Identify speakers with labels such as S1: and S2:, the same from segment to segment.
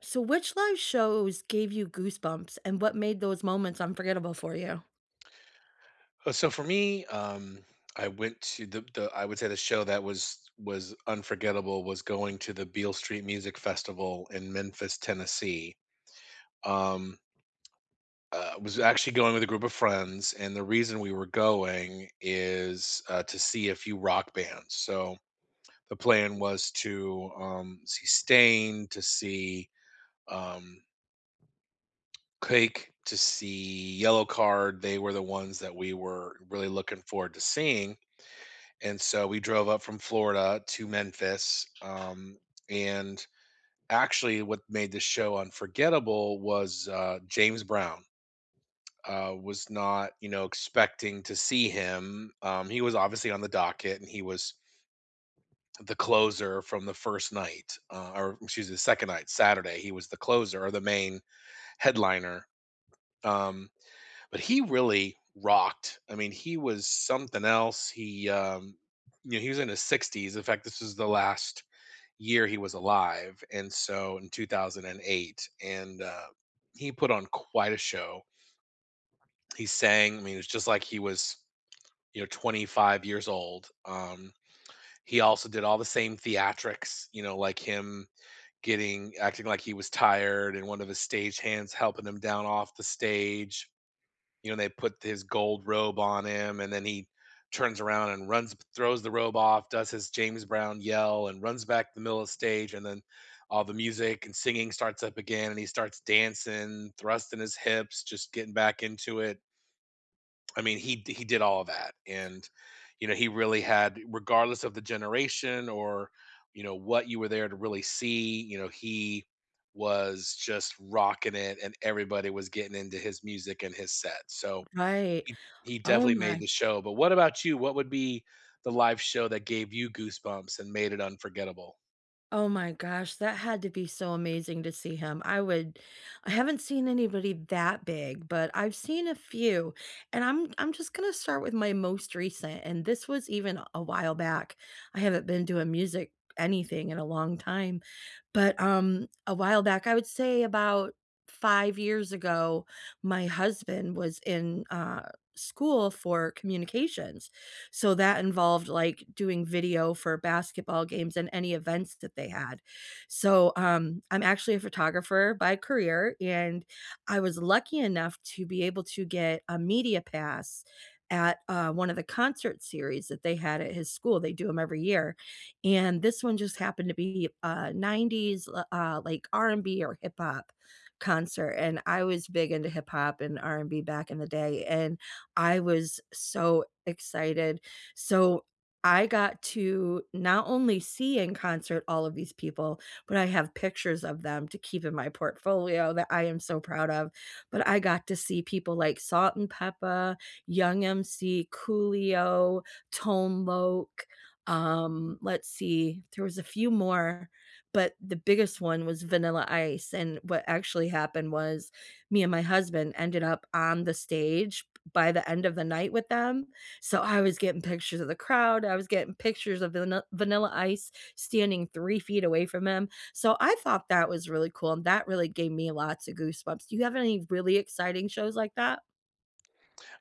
S1: So which live shows gave you goosebumps, and what made those moments unforgettable for you?
S2: So for me, I went to the I would say the show that was unforgettable was going to the Beale Street Music Festival in Memphis, Tennessee. Um, was actually going with a group of friends, and the reason we were going is to see a few rock bands. So the plan was to see Stain, to see um, Quake, to see Yellow Card. They were the ones that we were really looking forward to seeing. And so we drove up from Florida to Memphis. And actually, what made this show unforgettable was James Brown. Was not, you know, expecting to see him. He was obviously on the docket and he was the closer from the first night, or excuse me, the second night, Saturday. He was the closer or the main headliner. Um, But he really rocked. I mean, he was something else. He you know, he was in his 60s. In fact, this was the last year he was alive, and so in 2008, and he put on quite a show. He sang. I mean, it was just like he was, you know, 25 years old. He also did all the same theatrics, you know, like him getting acting like he was tired, and one of his stage hands helping him down off the stage. You know, they put his gold robe on him, and then he turns around and runs, throws the robe off, does his James Brown yell, and runs back to the middle of the stage. And then all the music and singing starts up again, and he starts dancing, thrusting his hips, just getting back into it. I mean, he did all of that, and you know, he really had, regardless of the generation or you know what you were there to really see, you know, he was just rocking it, and everybody was getting into his music and his set. So
S1: Right.
S2: he he
S1: Oh
S2: definitely made
S1: my
S2: the show, but what about you? What would be the live show that gave you goosebumps and made it unforgettable?
S1: Oh my gosh, that had to be so amazing to see him. I haven't seen anybody that big, but I've seen a few. And I'm just going to start with my most recent, and this was even a while back. I haven't been doing music anything in a long time, but a while back, I would say about 5 years ago, my husband was in school for communications, so that involved like doing video for basketball games and any events that they had. So, I'm actually a photographer by career, and I was lucky enough to be able to get a media pass at one of the concert series that they had at his school. They do them every year, and this one just happened to be a 90s like R&B or hip hop concert, and I was big into hip hop and R&B back in the day, and I was so excited. So I got to not only see in concert all of these people, but I have pictures of them to keep in my portfolio that I am so proud of. But I got to see people like Salt and Peppa, Young MC, Coolio, Tone Loc. Let's see, there was a few more, but the biggest one was Vanilla Ice. And what actually happened was me and my husband ended up on the stage by the end of the night with them. So I was getting pictures of the crowd. I was getting pictures of Vanilla Ice standing 3 feet away from him. So I thought that was really cool. And that really gave me lots of goosebumps. Do you have any really exciting shows like that?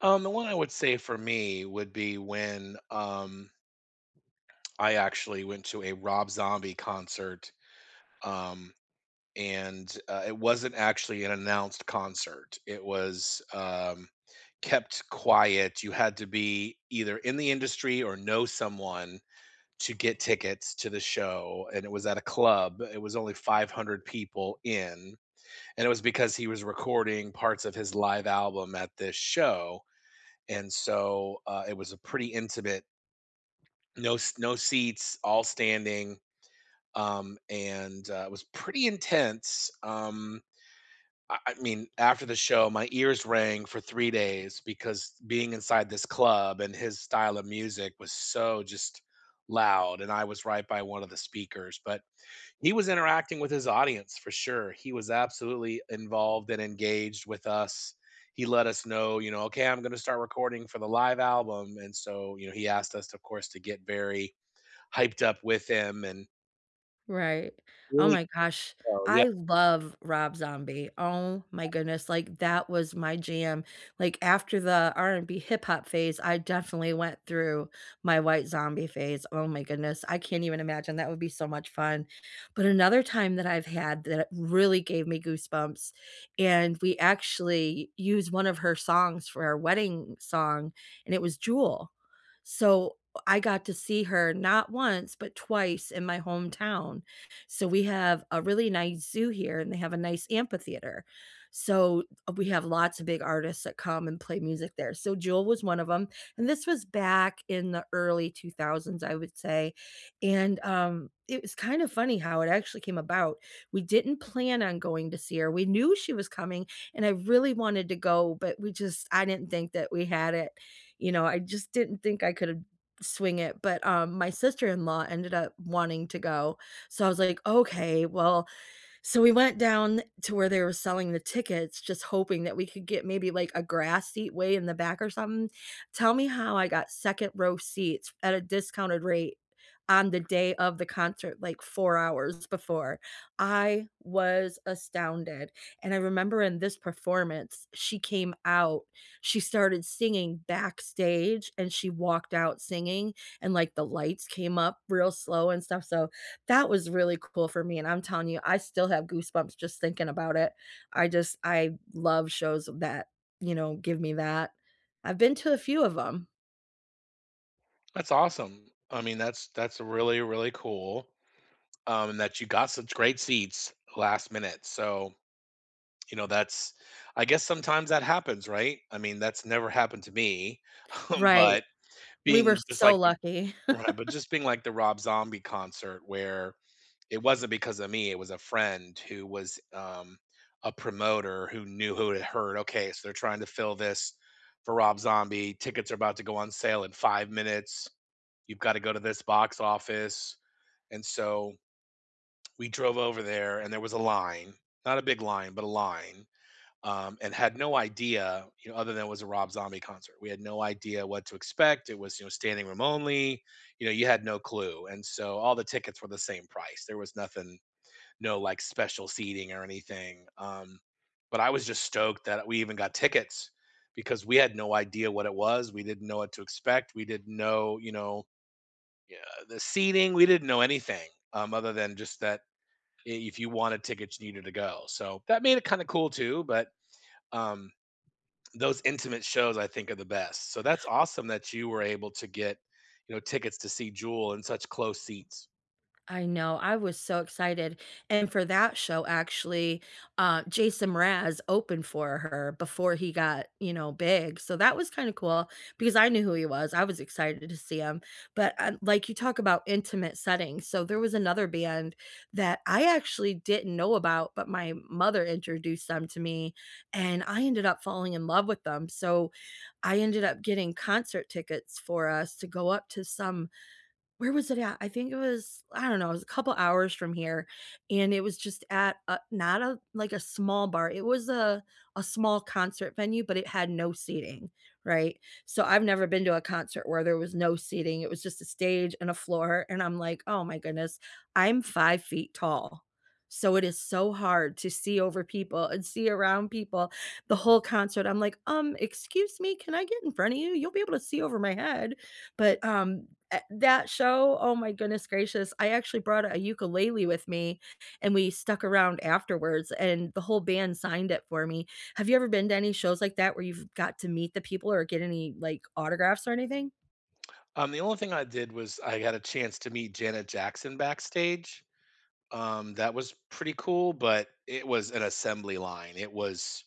S2: The one I would say for me would be when, I actually went to a Rob Zombie concert, um, and it wasn't actually an announced concert. It was, kept quiet. You had to be either in the industry or know someone to get tickets to the show, and it was at a club. It was only 500 people in. And it was because he was recording parts of his live album at this show, and so it was a pretty intimate, no seats, all standing. And It was pretty intense. I mean, after the show, my ears rang for 3 days because being inside this club and his style of music was so just loud. And I was right by one of the speakers. But he was interacting with his audience for sure. He was absolutely involved and engaged with us. He let us know, you know, "Okay, I'm gonna start recording for the live album," and so, you know, he asked us, of course, to get very hyped up with him and
S1: Right. Oh
S2: really,
S1: my gosh.
S2: well, yeah.
S1: I love Rob Zombie. Oh my goodness. Like that was my jam. Like after the R&B hip hop phase, I definitely went through my White Zombie phase. Oh my goodness. I can't even imagine. That would be so much fun. But another time that I've had that really gave me goosebumps, and we actually used one of her songs for our wedding song, and it was Jewel. So I got to see her not once, but twice in my hometown. So we have a really nice zoo here, and they have a nice amphitheater. So we have lots of big artists that come and play music there. So Jewel was one of them. And this was back in the early 2000s, I would say. And it was kind of funny how it actually came about. We didn't plan on going to see her. We knew she was coming, and I really wanted to go, but we just, I didn't think that we had it. You know, I just didn't think I could have swing it, but, my sister-in-law ended up wanting to go, so I was like, "Okay, well, so we went down to where they were selling the tickets, just hoping that we could get maybe like a grass seat way in the back or something. Tell me how I got second row seats at a discounted rate on the day of the concert, like 4 hours before. I was astounded. And I remember in this performance, she came out, she started singing backstage and she walked out singing, and like the lights came up real slow and stuff. So that was really cool for me, and I'm telling you, I still have goosebumps just thinking about it. I just I love shows that, give me that. I've been to a few of them.
S2: That's awesome. I mean, that's really, really cool, and that you got such great seats last minute. So, you know, that's, I guess sometimes that happens, right? I mean, that's never happened to me,
S1: Right.
S2: but
S1: We were
S2: being just
S1: so
S2: like,
S1: lucky.
S2: right, but just being like the Rob Zombie concert where it wasn't because of me, it was a friend who was, a promoter who knew, who had heard, "Okay, so they're trying to fill this for Rob Zombie. Tickets are about to go on sale in 5 minutes. You've gotta go to this box office." And so we drove over there and there was a line, not a big line, but a line, and had no idea, you know, other than it was a Rob Zombie concert. We had no idea what to expect. It was, you know, standing room only. You know, you had no clue, and so all the tickets were the same price. There was nothing, no like special seating or anything. But I was just stoked that we even got tickets because we had no idea what it was. We didn't know what to expect. We didn't know, you know, yeah, the seating. We didn't know anything, other than just that if you wanted tickets, you needed to go. So that made it kind of cool too. But um, those intimate shows I think are the best. So that's awesome that you were able to get, you know, tickets to see Jewel in such close seats.
S1: I know, I was so excited, and for that show, actually, Jason Mraz opened for her before he got, big, so that was kinda cool because I knew who he was, I was excited to see him, but, like, you talk about intimate settings, so there was another band that I actually didn't know about, but my mother introduced them to me, and I ended up falling in love with them, so I ended up getting concert tickets for us to go up to some where was it at? I think it was I don't know, it was a couple hours from here, and it was just at a not a like a small bar. It was a small concert venue, but it had no seating, right? So I've never been to a concert where there was no seating. It was just a stage and a floor, and I'm like, "Oh my goodness, I'm 5 feet tall." So it is so hard to see over people and see around people the whole concert. I'm like, excuse me, can I get in front of you? You'll be able to see over my head." But, eh, that show, oh my goodness gracious, I actually brought a ukulele with me, and we stuck around afterwards, and the whole band signed it for me. Have you ever been to any shows like that where you've got to meet the people or get any, like, autographs or anything?
S2: The only thing I did was I got a chance to meet Janet Jackson backstage. That was pretty cool, but it was an assembly line. It was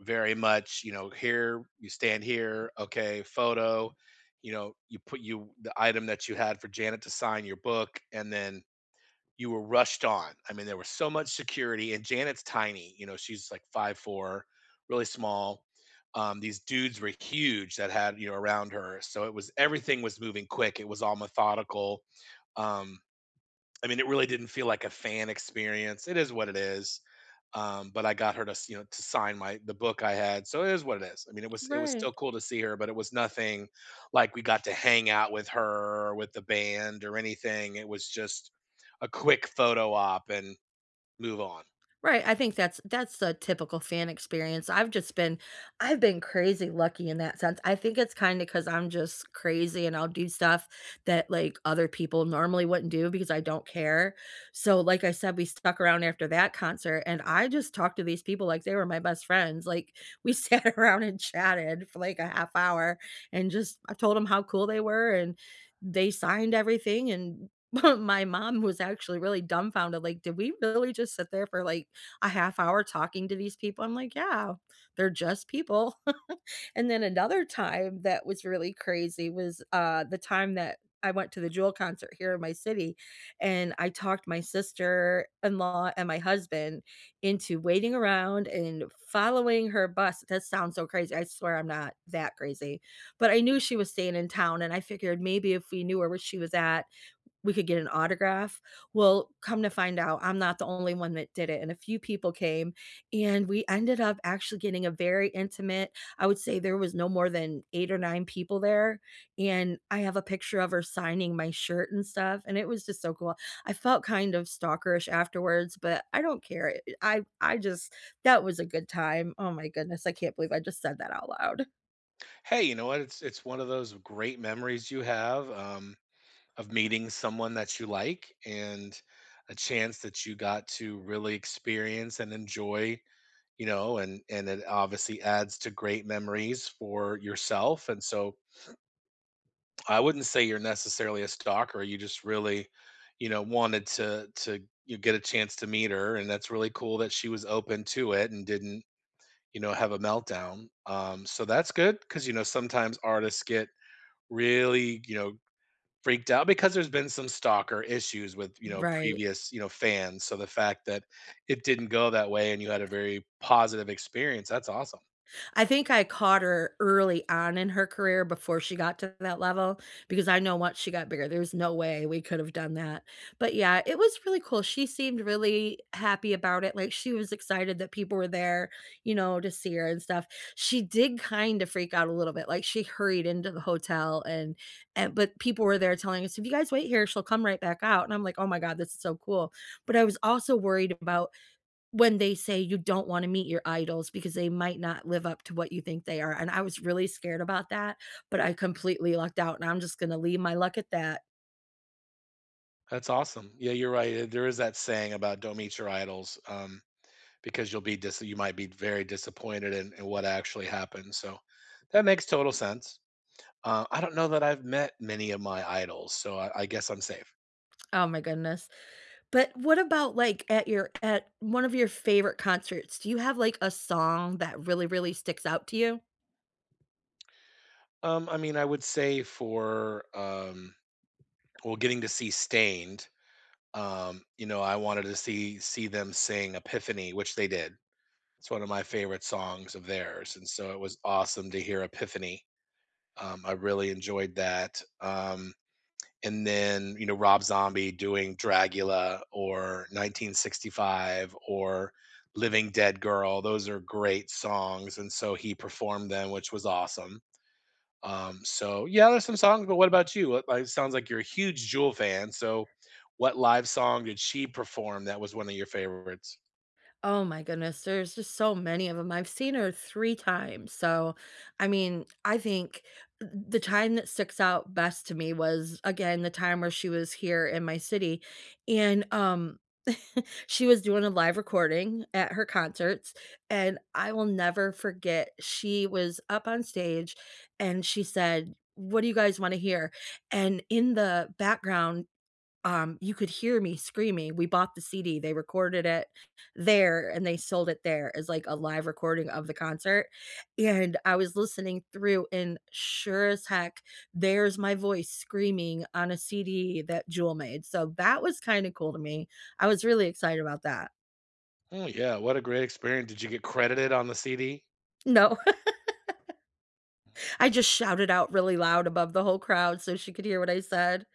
S2: very much, you know, here you stand here, okay, photo, you know, you put you the item that you had for Janet to sign your book, and then you were rushed on. I mean, there was so much security, and Janet's tiny. You know, she's like 5'4", really small. These dudes were huge that had you know around her, so it was, everything was moving quick. It was all methodical. Um, I mean, it really didn't feel like a fan experience. It is what it is. But I got her to, you know, to sign my the book I had. So it is what it is. I mean, it was
S1: Right.
S2: still cool to see her, but it was nothing like we got to hang out with her or with the band or anything. It was just a quick photo op and move on.
S1: Right, I think that's a typical fan experience. I've just been I've been crazy lucky in that sense. I think it's kind of because 'cause I'm just crazy and I'll do stuff that, like, other people normally wouldn't do because I don't care. So, like I said, we stuck around after that concert, and I just talked to these people like they were my best friends. Like, we sat around and chatted for, like, a half hour, and just I told them how cool they were, and they signed everything, and my mom was actually really dumbfounded, like, "Did we really just sit there for, like, a half hour talking to these people. I'm like, yeah, they're just people. And then another time that was really crazy was the time that I went to the Jewel concert here in my city, and I talked my sister in law and my husband into waiting around and following her bus. That sounds so crazy. I swear I'm not that crazy, but I knew she was staying in town, and I figured maybe if we knew where she was at, we could get an autograph. Well, come to find out, I'm not the only one that did it, and a few people came, and we ended up actually getting a very intimate I would say there was no more than 8 or 9 people there, and I have a picture of her signing my shirt and stuff, and it was just so cool. I felt kind of stalkerish afterwards, but I don't care. I just that was a good time. Oh my goodness, I can't believe I just said that out loud.
S2: Hey, you know what? It's one of those great memories you have, of meeting someone that you like and a chance that you got to really experience and enjoy, you know, and it obviously adds to great memories for yourself, and so I wouldn't say you're necessarily a stalker, you just really, you know, wanted to you get a chance to meet her, and that's really cool that she was open to it and didn't, you know, have a meltdown. So that's good, because you know sometimes artists get really, you know, freaked out because there's been some stalker issues with, you know,
S1: Right.
S2: previous, you know, fans. So the fact that it didn't go that way and you had a very positive experience, that's awesome.
S1: I think I caught her early on in her career before she got to that level, because I know once she got bigger, there's no way we could have done that. But yeah, it was really cool. She seemed really happy about it. Like she was excited that people were there, to see her and stuff. She did kind of freak out a little bit. Like she hurried into the hotel and but people were there telling us, if you guys wait here, she'll come right back out. And I'm like, oh my God, this is so cool. But I was also worried about when they say you don't wanna meet your idols because they might not live up to what you think they are, and I was really scared about that, but I completely lucked out, and I'm just gonna leave my luck at that.
S2: That's awesome. Yeah, you're right. There is that saying about don't meet your idols, because you'll you might be very disappointed in what actually happened. So that makes total sense. I don't know that I've met many of my idols, so I guess I'm safe.
S1: Oh my goodness. But what about, like, at your at one of your favorite concerts, do you have, like, a song that really, really sticks out to you?
S2: I mean, I would say for well, getting to see Stained, you know, I wanted to see them sing Epiphany, which they did. It's one of my favorite songs of theirs, and so it was awesome to hear Epiphany. I really enjoyed that. And then you know Rob Zombie doing Dracula or 1965 or Living Dead Girl. Those are great songs, and so he performed them, which was awesome. So yeah, there's some songs. But what about you? What- It sounds like you're a huge Jewel fan. So what live song did she perform that was one of your favorites?
S1: Oh my goodness, there's just so many of them. I've seen her 3 times, so, I mean, I think the time that sticks out best to me was, again, the time where she was here in my city, and, she was doing a live recording at her concerts, and I will never forget, she was up on stage, and she said, "What do you guys wanna hear?" And in the background, you could hear me screaming, we bought the CD, they recorded it there, and they sold it there as, like, a live recording of the concert, and I was listening through, and sure as heck, there's my voice screaming on a CD that Jewel made, so that was kinda cool to me. I was really excited about that.
S2: Oh yeah, what a great experience! Did you get credited on the CD?
S1: No, I just shouted out really loud above the whole crowd so she could hear what I said.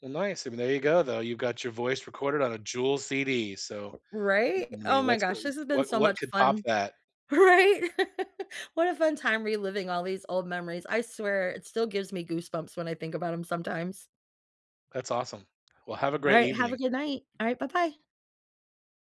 S2: Well, nice. I mean, there you go, though. You've got your voice recorded on a Jewel CD. So,
S1: Right?
S2: I
S1: Oh
S2: mean,
S1: my
S2: what's
S1: gosh, this has been
S2: what
S1: so
S2: what
S1: much
S2: could top
S1: fun.
S2: that?
S1: Right? What a fun time reliving all these old memories. I swear it still gives me goosebumps when I think about them. Sometimes.
S2: That's awesome. Well, have a great
S1: Alright, have a
S2: evening.
S1: good night. Alright, bye-bye.